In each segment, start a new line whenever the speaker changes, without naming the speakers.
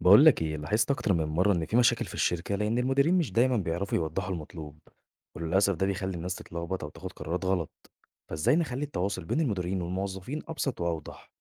بقول لك ايه، لاحظت اكتر من مره ان في مشاكل في الشركه لان المديرين مش دايما بيعرفوا يوضحوا المطلوب، وللاسف ده بيخلي الناس تتلخبط او تاخد قرارات غلط. فازاي نخلي التواصل بين المديرين والموظفين ابسط واوضح؟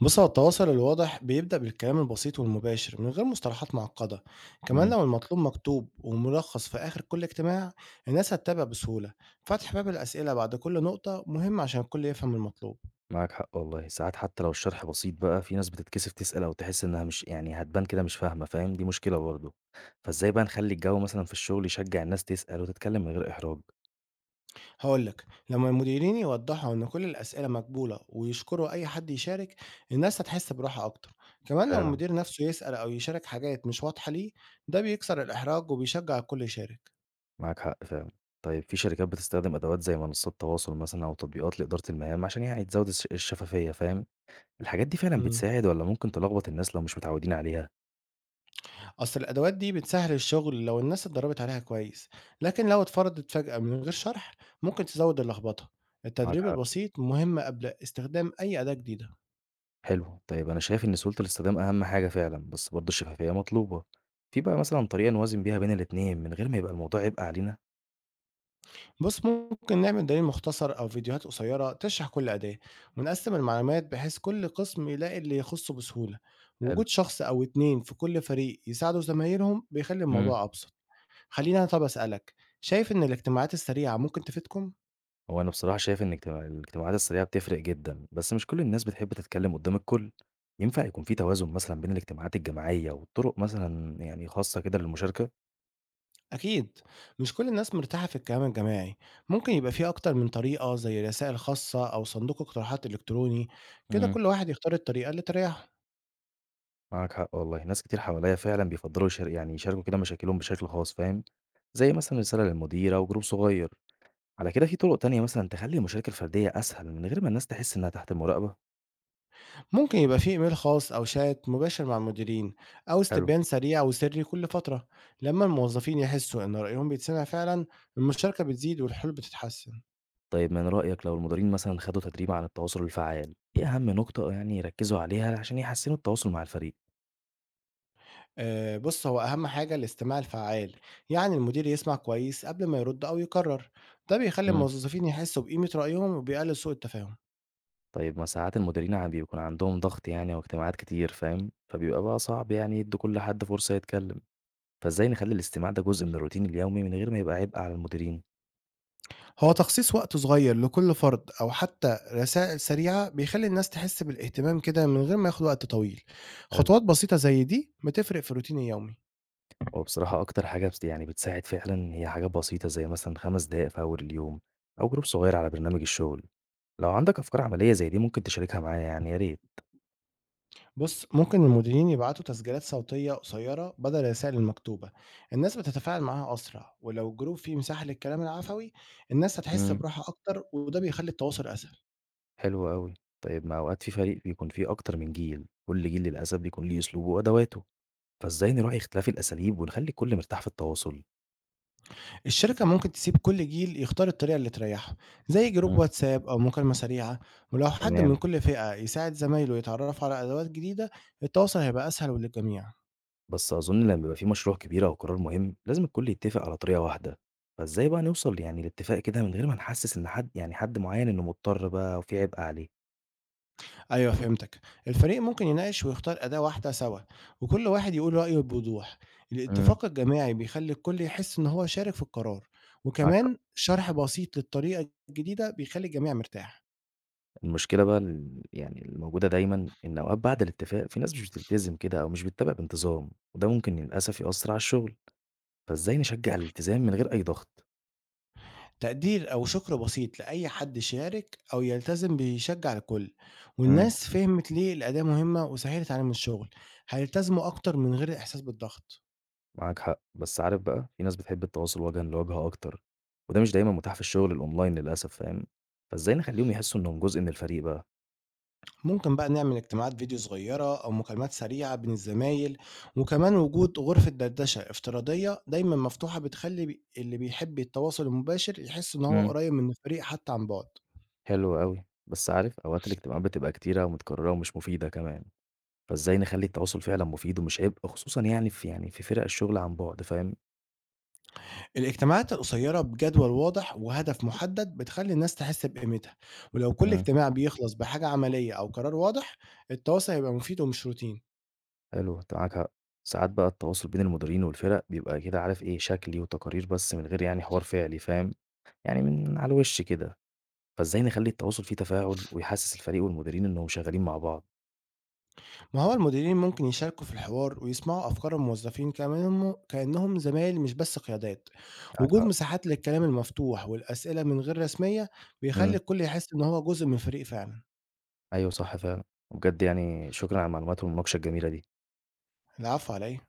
بص، هو التواصل الواضح بيبدأ بالكلام البسيط والمباشر من غير مصطلحات معقدة. كمان
مم.
لو المطلوب مكتوب وملخص في آخر كل اجتماع، الناس هتتابع بسهولة. فتح باب الأسئلة بعد كل نقطة مهم عشان الكل يفهم المطلوب.
معاك حق والله، ساعات حتى لو الشرح بسيط بقى في ناس بتتكسف تسال او تحس انها مش يعني هتبان كده مش فاهمه فاهم، دي مشكله برضه. فازاي بقى نخلي الجو مثلا في الشغل يشجع الناس تسال وتتكلم من غير احراج؟
هقولك، لما المديرين يوضحوا إن كل الأسئلة مقبولة ويشكروا أي حد يشارك، الناس هتحس براحة أكتر. كمان لو المدير نفسه يسأل أو يشارك حاجات مش واضحة ليه، ده بيكسر الإحراج وبيشجع الكل يشارك.
معاك حق فعلًا. طيب في شركات بتستخدم أدوات زي منصات تواصل مثلًا أو تطبيقات لإدارة المهام عشان يعني تزود الشفافية فاهم؟ الحاجات دي فعلًا
مم.
بتساعد والّا ممكن تلخبط الناس لو مش متعودين عليها؟
أصل الأدوات دي بتسهّل الشغل لو الناس اتدرّبت عليها كويس، لكن لو اتفرضت فجأة من غير شرح ممكن تزوّد اللخبطة.
معاك
التدريب
حق.
البسيط مهم قبل استخدام أي أداة جديدة.
حلو. طيب أنا شايف إن سهولة الاستخدام أهم حاجة فعلًا، بس برضه الشفافية مطلوبة. في بقى مثلًا طريقة نوازن بيها بين الاتنين من غير ما يبقى الموضوع عبء علينا؟
بُص، ممكن نعمل دليل مختصر أو فيديوهات قصيرة تشرح كل أداة، ونقسّم المعلومات بحيث كل قسم يلاقي اللي يخُصّه بسهولة.
حلو.
وجود شخص أو 2 في كل فريق يساعدوا زمايلهم بيخلّي
إمم.
الموضوع أبسط. خلّيني أنا طَب أسألك، شايف إن الاجتماعات السريعة ممكن تفيدكم؟
هو أنا بصراحة شايف إن الاجتماعات السريعة بتفرق جدًا، بس مش كل الناس بتحب تتكلم قدام الكل. ينفع يكون في توازن مثلًا بين الاجتماعات الجماعية وطرق مثلًا يعني خاصة كده للمشاركة؟
أكيد، مش كل الناس مرتاحة في الكلام الجماعي. ممكن يبقى فيه أكتر من طريقة زي رسائل خاصة أو صندوق اقتراحات إلكتروني، كده
إمم.
كل واحد يختار الطريقة اللي تريحه.
معاك حق والله، ناس كتير حواليّا فعلًا بيفضّلوا يشاركوا كده مشاكلهم بشكل خاص فاهم، زي مثلًا رسالة للمدير أو جروب صغير، على كده في طرق تانية مثلًا تخلّي المشاركة الفردية أسهل من غير ما الناس تحس إنها تحت مراقبة؟
ممكن يبقى فيه إيميل خاص أو شات مباشر مع المديرين، أو
حلو.
استبيان سريع وسري كل فترة. لما الموظفين يحسوا إن رأيهم بيتسمع فعلا، المشاركة بتزيد والحلول بتتحسن.
طيب من رأيك لو المديرين مثلًا خدوا تدريب عن التواصل الفعّال، إيه أهم نقطة يعني يركّزوا عليها عشان يحسّنوا التواصل مع الفريق؟
أه، بص، هو أهم حاجة الاستماع الفعال. يعني المدير يسمع كويس قبل ما يرد أو يكرر. ده بيخلي
إمم.
الموظفين يحسوا بقيمة رأيهم وبيقلل سوء التفاهم.
طيب ما ساعات المديرين ع بيكون عندهم ضغط يعني واجتماعات كتير فاهم، فبيبقى بقى صعب يعني يدّوا كل حد فرصة يتكلّم، فإزاي نخلّي الاستماع ده جزء من الروتين اليومي من غير ما يبقى عبء على المديرين؟
هو تخصيص وقت صغير لكل فرد أو حتى رسائل سريعة بيخلي الناس تحس بالاهتمام كده من غير ما ياخد وقت طويل.
حلو.
خطوات بسيطة زي دي بتفرق في روتين اليومي.
هو بصراحة أكتر حاجة بس يعني بتساعد فعلًا هي حاجات بسيطة زي مثلًا 5 دقايق في أول اليوم أو جروب صغير على برنامج الشغل. لو عندك أفكار عملية زي دي ممكن تشاركها معايا يعني يا ريت.
بص، ممكن المديرين يبعتوا تسجيلات صوتية قصيرة بدل الرسائل المكتوبة. الناس بتتفاعل معاها أسرع، ولو الجروب فيه مساحة للكلام العفوي، الناس هتحس
امم.
براحة أكتر وده بيخلي التواصل أسهل.
حلو أوي. طيب ما أوقات في فريق بيكون فيه أكتر من جيل، كل جيل للأسف بيكون ليه أسلوبه وأدواته، فإزاي نراعي اختلاف الأساليب ونخلي الكل مرتاح في التواصل؟
الشركة ممكن تسيب كل جيل يختار الطريقة اللي تريحه، زي جروب
امم.
واتساب أو مكالمة سريعة. ولو حد من
تمام.
كل فئة يساعد زمايله يتعرف على أدوات جديدة، التواصل هيبقى أسهل للجميع.
بس أظن لما بيبقى في مشروع كبير أو قرار مهم لازم الكل يتفق على طريقة واحدة، فإزاي بقى نوصل يعني لاتفاق كده من غير ما نحسس إن حد يعني حد معين إنه مضطر بقى أو في عبء عليه؟
أيوة، فهمتك. الفريق ممكن يناقش ويختار أداة واحدة سوا، وكل واحد يقول رأيه بوضوح.
امم.
الاتفاق الجماعي بيخلي الكل يحس إن هو شارك في القرار.
معاك حق.
وكمان شرح بسيط للطريقة الجديدة بيخلي الجميع مرتاح.
المشكلة بقى الموجودة دايما إن أوقات بعد الاتفاق في ناس مش بتلتزم كده أو مش بتتابع بانتظام، وده ممكن للأسف يأثر على الشغل. فإزاي نشجع الالتزام من غير أي ضغط؟
تقدير أو شكر بسيط لأي حد شارك أو يلتزم بيشجع الكل.
امم.
والناس فهمت ليه الأداة مهمة وسهلت عليهم الشغل، هيلتزموا أكتر من غير الإحساس بالضغط.
معاك حق، بس عارف بقى في ناس بتحب التواصل وجها لوجه أكتر، وده مش دايما متاح في الشغل الأونلاين للأسف فاهم. فإزاي نخليهم يحسوا إنهم جزء من الفريق بقى؟
ممكن بقى نعمل اجتماعات فيديو صغيرة أو مكالمات سريعة بين الزمايل. وكمان وجود غرفة دردشة افتراضية دايما مفتوحة بتخلي اللي بيحب التواصل المباشر يحس إن هو
إمم،
قريب من الفريق حتى عن بعد.
حلو أوي، بس عارف أوقات الاجتماعات بتبقى كتيرة ومتكررة ومش مفيدة كمان، فإزاي نخلّي التواصل فعلًا مفيد ومش عبء خصوصًا يعني في فرق الشغل عن بُعد فاهم؟
الاجتماعات القصيرة بجدول واضح وهدف محدد بتخلي الناس تحس بقيمتها. ولو كل
إمم.
اجتماع بيخلص بحاجة عملية أو قرار واضح، التواصل هيبقى مفيد ومش روتين.
حلو أنت معاك حق، ساعات بقى التواصل بين المديرين والفرق بيبقى كده عارف إيه شكلي وتقارير بس من غير يعني حوار فعلي فاهم، يعني من على الوش كده، فإزاي نخلّي التواصل فيه تفاعل ويحسس الفريق والمديرين إنهم شغالين مع بعض؟
ما هو المديرين ممكن يشاركوا في الحوار ويسمعوا أفكار الموظفين كأنهم زمايل مش بس قيادات.
معاك
وجود
حق،
مساحات للكلام المفتوح والأسئلة من غير رسمية بيخلي
إمم.
الكل يحس إن هو جزء من فريق فعلا.
أيوه صح فعلًا، وبجد يعني شكرًا على المعلومات والمناقشة الجميلة دي.
العفو عليه.